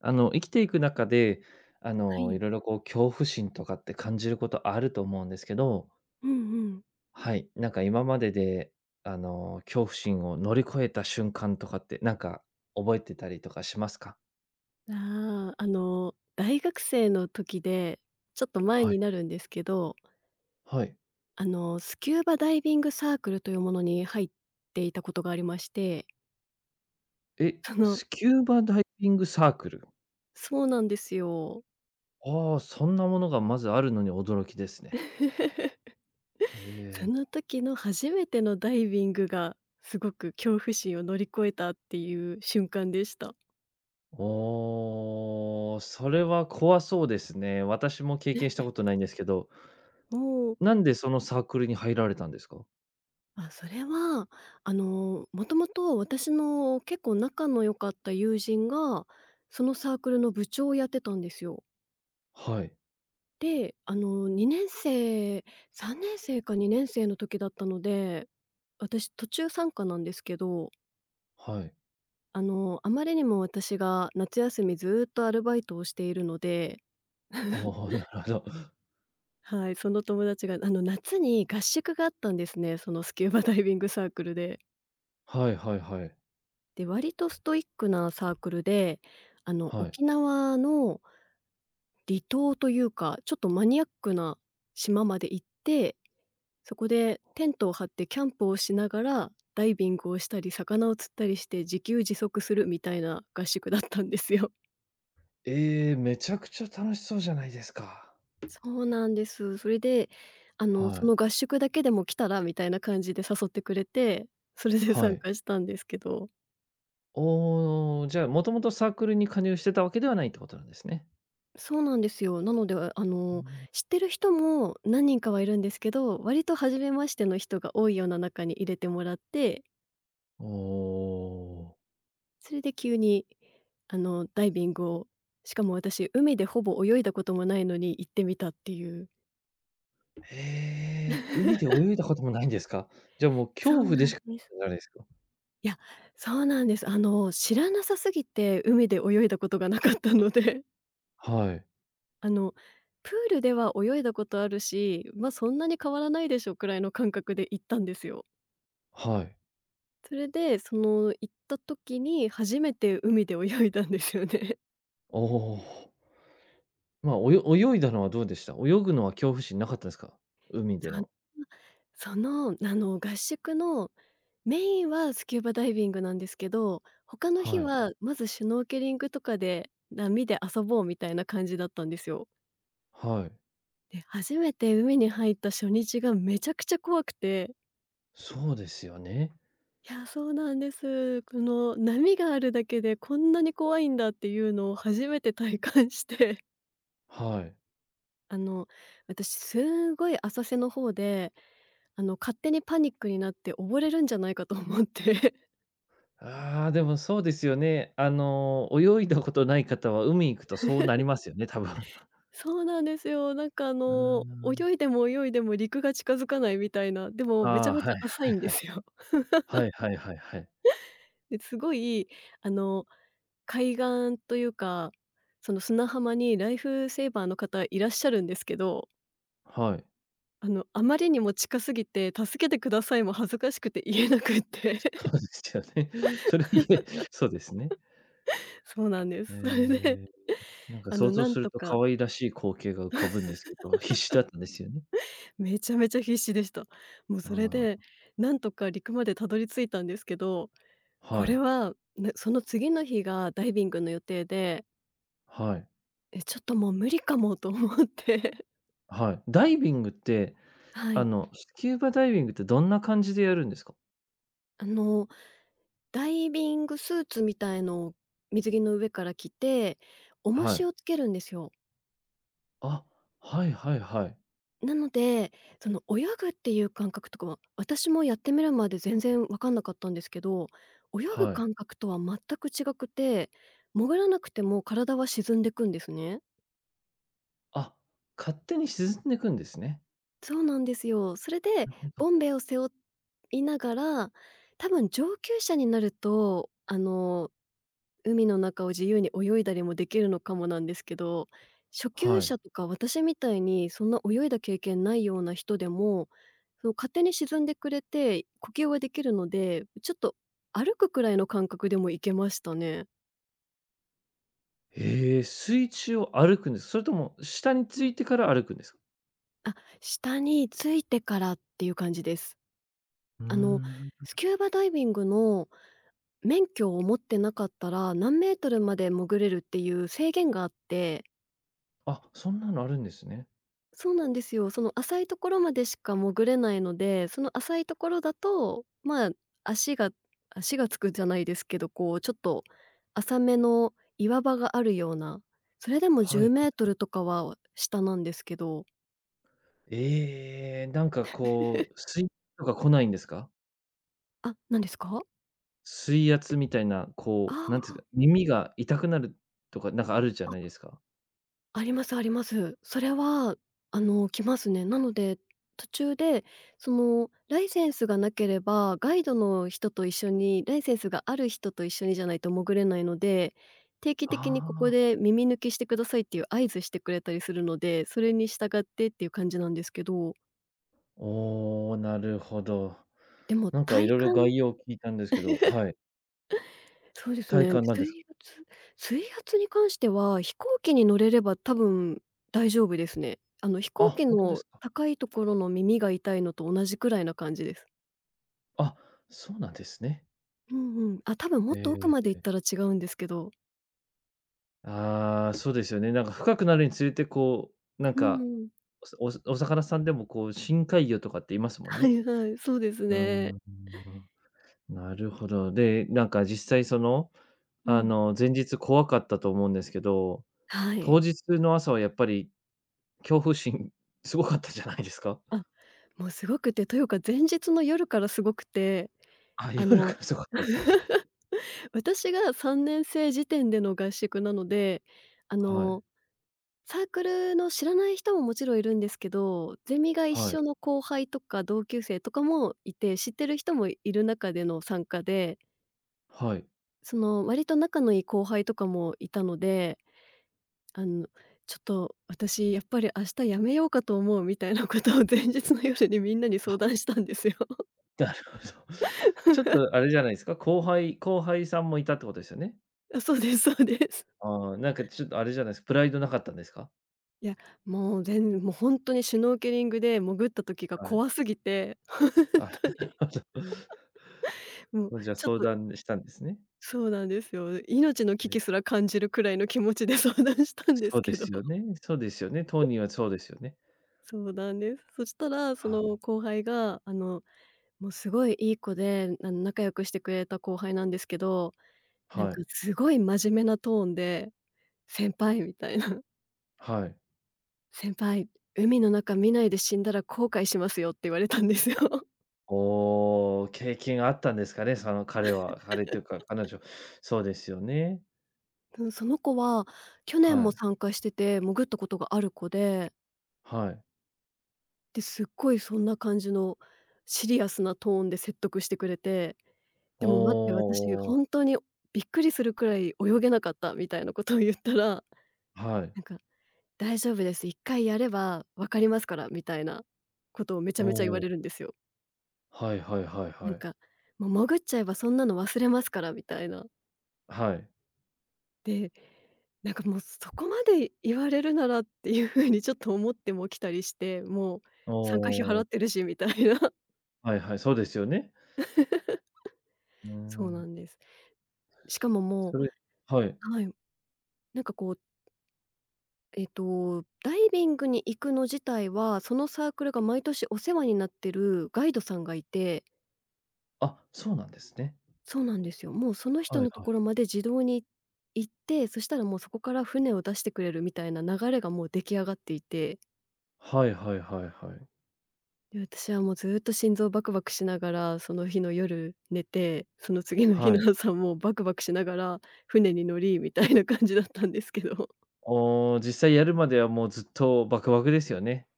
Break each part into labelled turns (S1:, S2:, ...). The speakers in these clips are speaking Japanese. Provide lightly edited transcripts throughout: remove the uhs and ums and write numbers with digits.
S1: 生きていく中で、
S2: は
S1: い
S2: い。
S1: ろいろこう、恐怖心とかって感じることあると思うんですけど、
S2: うんうん。
S1: はい、今までで、恐怖心を乗り越えた瞬間とかって、なんか覚えてたりとかしますか？
S2: 大学生の時で、ちょっと前
S1: はい、
S2: になるんですけど、
S1: はい。
S2: スキューバダイビングサークルというものに入っていたことがありまして、
S1: え、
S2: その
S1: スキューバダイビングサークル。
S2: そうなんですよ。
S1: ああ、そんなものがまずあるのに驚きですね。
S2: そ
S1: え
S2: の
S1: え。
S2: 時の初めてのダイビングが、すごく恐怖心を乗り越えたっていう瞬間でした。
S1: おお、それは怖そうですね。私も経験したこ とないんですけど、
S2: もう
S1: なんでそのサークルに入られたんですか？
S2: それは、もともと私の結構仲の良かった友人が、そのサークルの部長をやってたんですよ。
S1: はい。
S2: で、2年生、3年生か2年生の時だったので、私途中参加なんですけど、
S1: はい。
S2: あまりにも私が夏休みずーっとアルバイトをしているので、
S1: ああ、なるほど。
S2: はい、その友達が、夏に合宿があったんですね、そのスキューバダイビングサークルで。
S1: はいはいはい。
S2: で、割とストイックなサークルで、
S1: はい。
S2: 沖縄の離島というか、ちょっとマニアックな島まで行って、そこでテントを張ってキャンプをしながら、ダイビングをしたり、魚を釣ったりして自給自足するみたいな合宿だったんですよ。
S1: ええ、めちゃくちゃ楽しそうじゃないですか。
S2: そうなんです。それで、
S1: は
S2: その
S1: い。
S2: 合宿だけでも来たらみたいな感じで誘ってくれて、それで
S1: は
S2: 参
S1: い。
S2: 加したんですけど。
S1: おお、じゃあ、もともとサークルに加入してたわけではないってことなんですね。
S2: そうなんですよ。なので、
S1: うん。
S2: 知ってる人も何人かはいるんですけど、割と初めましての人が多いような中に入れてもらって、
S1: おお。
S2: それで急に、ダイビングを、しかも私、海でほぼ泳いだこともないのに行ってみたっていう。
S1: へえ、海で 泳いだこともないんですか？じゃあ、もう
S2: そ
S1: 恐
S2: う
S1: 怖で
S2: なん
S1: しか
S2: です。
S1: ないじゃないですか？
S2: いや、そうなんです。知らなさすぎて海で泳いだことがなかったので、
S1: はい、
S2: あの、プールでは泳いだことあるし、ま、あそんなに変わらないでしょうくらいの感覚で行ったんですよ。
S1: はい。
S2: それで、その行った時に初めて海で泳いだんですよね。
S1: おお。まあ、泳いだのはどうでした？泳ぐのは恐怖心なかったですか？海で の。
S2: そんな合宿のメインはスキューバダイビングなんですけど、他の日
S1: はい、
S2: はまずシュノーケリングとかで波で遊ぼうみたいな感じだったんですよ。
S1: はい。
S2: で、初めて海に入った初日がめちゃくちゃ怖くて、
S1: そうですよね。
S2: いや、そうなんです。この波があるだけでこんなに怖いんだっていうのを初めて体感して。
S1: はい。
S2: あの、私すごい浅瀬の方で、勝手にパニックになって溺れるんじゃないかと思って。
S1: ああ、でもそうですよね。泳いだことない方は海行くとそうなりますよね、多分。
S2: そうなんですよ。なんか
S1: うーん。
S2: 泳いでも泳いでも陸が近づかないみたいな、で も
S1: あ
S2: めちゃ
S1: あ、
S2: めち
S1: は
S2: ゃ
S1: い。
S2: 浅いんですよ。
S1: はいはいはいはい。
S2: で、すごい、あの、海岸というか、その砂浜にライフセーバーの方いらっしゃるんですけど、
S1: はい。
S2: あまりにも近すぎて「助けてください」も恥ずかしくて言えなくっ て。
S1: そうですよね。それ言えそうですね。
S2: そうなんで
S1: え
S2: す。それで、
S1: え、なんか想像
S2: なん
S1: する
S2: と
S1: と可
S2: か
S1: 愛らしい光景が浮かぶんですけど、必死だったんですよね。
S2: めちゃめちゃ必死でした。もうそれで、
S1: あ
S2: なんとか陸までたどり着いたんですけど、
S1: あ、
S2: こ
S1: は
S2: れ
S1: い、
S2: は、ね、その次の日がダイビングの予定で、
S1: はい、
S2: え、ちょっともう無理かもと思って、
S1: はい。ダイビングって、
S2: はい。
S1: スキューバダイビングってどんな感じでやるんですか？
S2: あの、ダイビングスーツみたいのを水着の上から着て、重
S1: は
S2: し
S1: い。
S2: をつけるんですよ。
S1: あ、はいはいはい。
S2: なので、その泳ぐっていう感覚とかは、私もやってみるまで全然分かんなかったんですけど、泳ぐ
S1: はい。
S2: 感覚とは全く違くて、潜らなくても体は沈んでくんですね。
S1: あ、勝手に沈んでいくんですね。
S2: そうなんですよ。それで
S1: なるほど。
S2: ボンベを背負いながら、多分上級者になると、海の中を自由に泳いだりもできるのかもなんですけど、初級
S1: はい。
S2: 者とか私みたいにそんな泳いだ経験ないような人でも、その勝手に沈んでくれて、呼吸はできるので、ちょっと歩くくらいの感覚でも行けましたね。
S1: へえ、水中を歩くんです。それとも下に
S2: う
S1: つ
S2: ん。
S1: いてから歩くんですか？
S2: あ、下に着いてからっていう感じです。
S1: うー
S2: あの、
S1: ん。
S2: スキューバダイビングの免許を持ってなかったら、何メートルまで潜れるっていう制限があって、
S1: あ、そんなのあるんですね。
S2: そうなんですよ。その浅いところまでしか潜れないので、その浅いところだと、まあ、足が足がつくじゃないですけど、こうちょっと浅めの岩場があるような、それでも
S1: は
S2: 10メ
S1: い。
S2: ートルとかは下なんですけど、
S1: ええ、なんかこう、水とか来ないんですか？
S2: あ、何ですか？
S1: 水圧みたいな、
S2: あ
S1: こう、なんていうんで
S2: あ。
S1: すか、耳が痛くなるとか、なんかあるじゃない
S2: あ。
S1: ですか。
S2: ありますあります。それは、来ますね。なので、途中で、その、ライセンスがなければ、ガイドの人と一緒に、ライセンスがある人と一緒にじゃないと潜れないので、定期的に
S1: あ
S2: ここ
S1: あ。
S2: で耳抜きしてくださいっていう合図してくれたりするので、それに従ってっていう感じなんですけど、
S1: おお、なるほど。
S2: でも
S1: なんかい
S2: 体
S1: ろいろ
S2: 感
S1: 概要を聞いたんですけど、はい。
S2: そうです
S1: 体
S2: ね。
S1: 感なんですか？
S2: 水圧に関しては、飛行機に乗れれば多分大丈夫ですね。飛行
S1: あ、
S2: 機
S1: 本当で
S2: の
S1: すか。
S2: 高いところの耳が痛いのと同じくらいな感じです。
S1: あ、そうなんですね。
S2: うんうん。あ、多分もっと奥
S1: え
S2: まで
S1: え。
S2: 行ったら違うんですけど。
S1: ああ、そうですよね。なんか深くなるにつれて、こう、なん
S2: うんう
S1: か、
S2: ん。
S1: お魚さんでもこう、深海魚とかって言います もん
S2: は
S1: ね。
S2: いはい、そうです
S1: うー
S2: ね。
S1: ん。なるほど。で、なんか実際その、
S2: うん。
S1: 前日怖かったと思うんですけど、
S2: はい。
S1: 当日の朝はやっぱり恐怖心 すごかったじゃないですか？
S2: あ、もうすごくて、というか前日の夜からすごくて、
S1: あ、
S2: あ
S1: 夜か
S2: の
S1: らすごかったですね。
S2: 私が3年生時点での合宿なので、あ
S1: はい。
S2: のサークルの知らない人ももちろんいるんですけど、ゼミが一
S1: はい。
S2: 緒の後輩とか同級生とかもいて、知ってる人もいる中での参加で、
S1: はい。
S2: その割と仲のいい後輩とかもいたので、あの「ちょっと私やっぱり明日やめようかと思う」みたいなことを前日の夜にみんなに相談したんですよ。
S1: なるほど。ちょっ とあれじゃないですか、後輩さんもいたってことですよね？
S2: あ、そうですそうです。
S1: ああ、なんかちょっとあれじゃないですかプライドなかったんですか？
S2: いや、もう本当にシュノーケリングで潜った時が
S1: はい。
S2: 怖すぎて、本
S1: あ、
S2: 当
S1: なる
S2: に
S1: ほど。
S2: もう
S1: もうじゃあ
S2: ちょっ
S1: 相
S2: と
S1: 談したんですね。
S2: そうなんですよ。命の危
S1: え
S2: 機
S1: え。
S2: すら感じるくらいの気持ちで相談したんです
S1: そうで
S2: けど。
S1: すよ ねそうですよね。当人はそうですよね。
S2: そうなんです。そしたら、そ
S1: は
S2: の
S1: い。
S2: 後輩が、もうすごいいい子で、仲良くしてくれた後輩なんですけど、なん
S1: は
S2: か
S1: い、
S2: すごい真面目なトーンで、「先輩」みたいな、
S1: はい。
S2: 「先輩、海の中見ないで死んだら後悔しますよ」って言われたんですよ。
S1: おお、経験があったんですかね、その彼は。彼というか彼女。そうですよね。
S2: うん、その子は去年
S1: は
S2: も
S1: い、
S2: 参加してて、潜ったことがある子で、
S1: はい。
S2: で、すっごいそんな感じのシリアスなトーンで説得してくれて、で
S1: お
S2: も待って、私ほ
S1: お、
S2: んとにびっくりするくらい泳げなかったみたいなことを言ったら、
S1: はい。
S2: なんか「大丈夫です、一回やれば分かりますから」みたいなことをめちゃ
S1: お
S2: めちゃ言われ
S1: お、
S2: るんですよ。
S1: はいはいはい
S2: なん
S1: はい。
S2: か「もう潜っちゃえばそんなの忘れますから」みたいな。
S1: はい。
S2: で、なんかもうそこまで言われるならっていう風にちょっと思ってもきたりして、もう
S1: お
S2: 参加費払
S1: お、
S2: ってるしみたいな。
S1: はいはい、そうですよね。うー
S2: そうな
S1: ん。
S2: んです。しかも
S1: そ
S2: も
S1: れはい。
S2: うはい、なんかこうダイビングに行くの自体は、そのサークルが毎年お世話になってるガイドさんがいて、
S1: あ、そうなんですね。
S2: そうなんですよ。もうその
S1: は
S2: 人
S1: い
S2: のと
S1: はい。
S2: ころまで自動に行って、そしたらもうそこから船を出してくれるみたいな流れがもう出来上がっていて、
S1: はいはいはいはい。
S2: で、私はもうずっと心臓バクバクしながら、その日の夜寝て、その次の日
S1: はい。
S2: の朝もバクバクしながら船に乗りみたいな感じだったんですけど。
S1: おお、実際やるまではもうずっとバクバクですよね。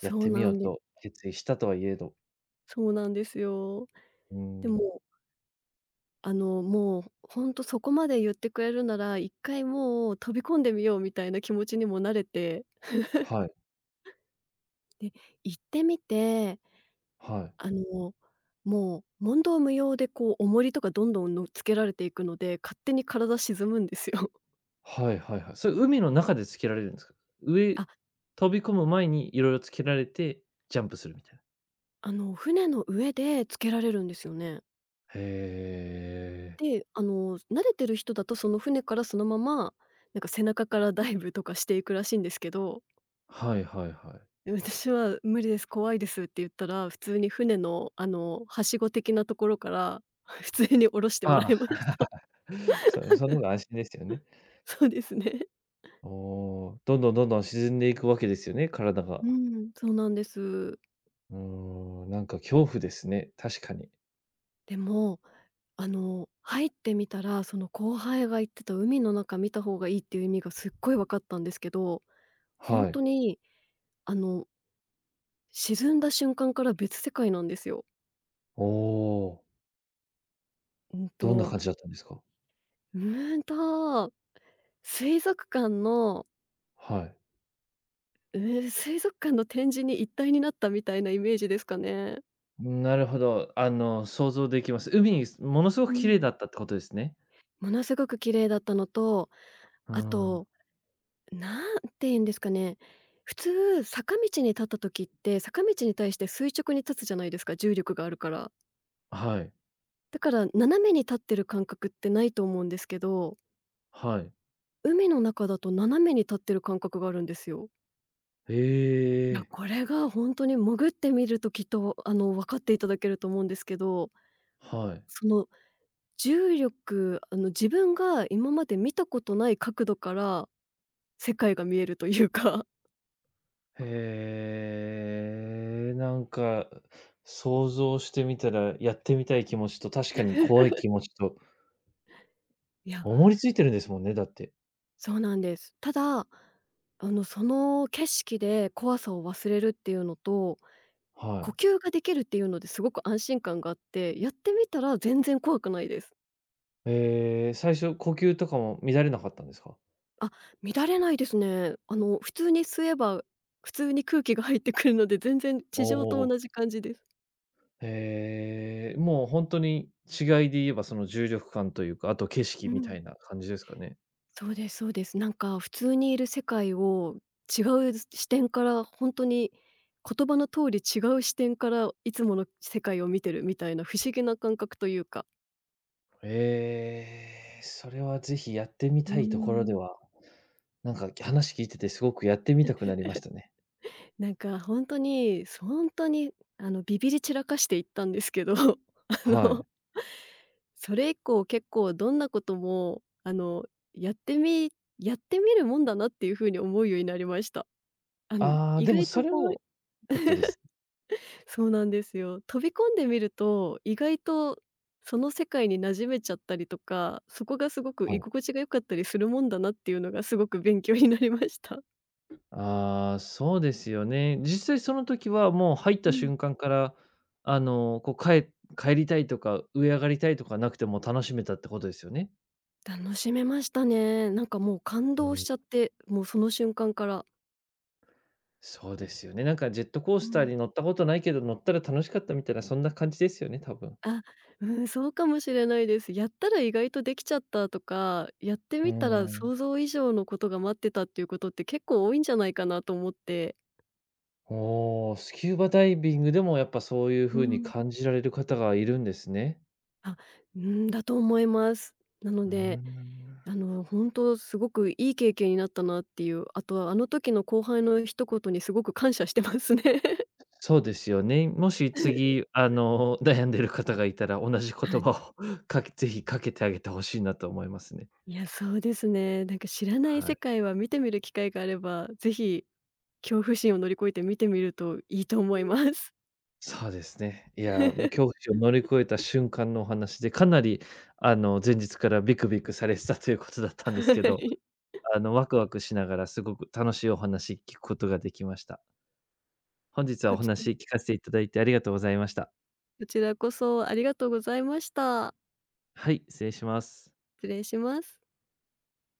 S1: やっ
S2: う
S1: てみ
S2: な
S1: よう
S2: んで
S1: と
S2: す。
S1: 決意したとはいえど。
S2: そうなんですよ。
S1: う
S2: で
S1: ん。
S2: ももうほんとそこまで言ってくれるなら、一回もう飛び込んでみようみたいな気持ちにもなれて、
S1: はい、
S2: で、行ってみて、
S1: はい。
S2: あの、もう問答無用でこう重りとかどんどんのっつけられていくので、勝手に体沈むんですよ。
S1: はいはいはい。それ海の中でつけられるんですか？上
S2: あ、
S1: 飛び込む前にいろいろつけられて、ジャンプするみたいな。
S2: 船の上でつけられるんですよね。
S1: へえ。
S2: で、慣れてる人だとその船からそのまま、なんか背中からダイブとかしていくらしいんですけど、
S1: はいはいはい。
S2: 私は「無理です、怖いです」って言ったら、普通に船の、はしご的なところから、普通に降ろしても
S1: あ
S2: ら
S1: あ、
S2: いました。
S1: そその方が安心ですよね。
S2: そうですね。
S1: おお、どんどんどんどん沈んでいくわけですよね、体が。
S2: うん、そうなんです。
S1: うーん、なんか恐怖ですね、確かに。
S2: でも、入ってみたら、その後輩が言ってた海の中見た方がいいっていう意味がすっごい分かったんですけど、ほん
S1: は
S2: と
S1: い。
S2: に、あの、沈んだ瞬間から別世界なんですよ。
S1: おお、
S2: うん
S1: どんな
S2: と、
S1: 感じだったんですか？
S2: うんと、水族館の
S1: はい。
S2: え水族館の展示に一体になったみたいなイメージですかね。
S1: なるほど。あの、想像できます。海、ものすご
S2: う
S1: く綺
S2: ん。
S1: 麗だったってことですね。
S2: ものすごく綺麗だったのと、
S1: う
S2: あ
S1: ん。
S2: と、何て言うんですかね、普通坂道に立った時って、坂道に対して垂直に立つじゃないですか、重力があるから。
S1: はい。
S2: だから斜めに立ってる感覚ってないと思うんですけど、
S1: はい。
S2: 海の中だと斜めに立ってる感覚があるんですよ。いや、
S1: へえ。
S2: これが本当に潜ってみるときっと、分かっていただけると思うんですけど、
S1: はい。
S2: その重力、自分が今まで見たことない角度から世界が見えるというか。
S1: へえ、なんか、想像してみたら、やってみたい気持ちと、確かに怖 い気持ちと、
S2: いや、
S1: 思いついてるんですもんね、だって。
S2: そうなんです。ただ、その景色で怖さを忘れるっていうのと、
S1: は
S2: 呼
S1: い。
S2: 吸ができるっていうのですごく安心感があって、やってみたら全然怖くないです。
S1: ええ、最初呼吸とかも乱れなかったんですか？
S2: あ、乱れないですね。普通に吸えば、普通に空気が入ってくるので、全然
S1: お
S2: 地上と同
S1: お
S2: じ
S1: ー。
S2: 感じです。
S1: へえ、もう本当に違いで言えば、その重力感というか、あと景色
S2: う
S1: みた
S2: ん。
S1: いな感じですかね。
S2: そうです、そうです。なんか普通にいる世界を違う視点から本当に言葉の通り違う視点からいつもの世界を見てるみたいな不思議な感覚というか。
S1: ええ、それはぜひやってみ
S2: うー
S1: たいところで
S2: ん。
S1: は、なんか話聞いててすごくやってみたくなりましたね。
S2: なんか本当に、本当にビビり散らかしていったんですけど あ
S1: はい。
S2: の、それ以降結構どんなこともやってみやってみるもんだなっていう風に思うようになりました。
S1: ああ、
S2: 意
S1: でも
S2: 外と
S1: それは
S2: もう
S1: 良かったです。
S2: そうなんですよ。飛び込んでみると、意外とその世界に馴染めちゃったりとか、そこがすごく
S1: は
S2: 居
S1: い。
S2: 心地が良かったりするもんだなっていうのがすごく勉強になりました。
S1: ああ、そうですよね。実際その時はもう入っ
S2: う
S1: た
S2: ん、
S1: 瞬間から、こう、帰りたいとか、上がりたいとかなくても楽しめたってことですよね？
S2: 楽しめましたね。なんかもう感
S1: う
S2: 動し
S1: ん
S2: ちゃって、もうその瞬間から。
S1: そうですよね。なんかジェットコー
S2: う
S1: スター
S2: ん。
S1: に乗ったことないけど、乗ったら楽しかったみたいな、そんな感じですよね、多分。
S2: あ、うん、そうかもしれないです。やったら意外とできちゃったとか、やって
S1: うー
S2: みたら
S1: ん。
S2: 想像以上のことが待ってたっていうことって結構多いんじゃないかなと思って。
S1: おお、スキューバダイビングでもやっぱそういう
S2: う
S1: 風に
S2: ん。
S1: 感じられる方がいるんですね。
S2: あ、うんだと思います。なの
S1: うー
S2: で
S1: ん。
S2: 本当すごくいい経験になったなっていう、あとはあの時の後輩の一言にすごく感謝してますね。
S1: そうですよね。もし 次、悩んでる方がいたら、同じ
S2: は
S1: 言
S2: い。
S1: 葉を ぜひかけてあげてほしいなと思いますね。
S2: いや、そうですね。なんか知らない
S1: は
S2: 世
S1: い。
S2: 界は見てみる機会があれば、ぜひ恐怖心を乗り越えて見てみるといいと思います。
S1: そうですね。いや、もう恐怖 心を乗り越えた瞬間のお話で、かなりあの、前日からビクビクされてたということだったん
S2: は
S1: ですけど
S2: い。
S1: あの、ワクワクしながらすごく楽しいお話聞くことができました。本日は
S2: こ
S1: お
S2: ち
S1: 話聞かせていただいてありがとうございました。
S2: こちらこそありがとうございました。
S1: はい、失礼します。
S2: 失礼します。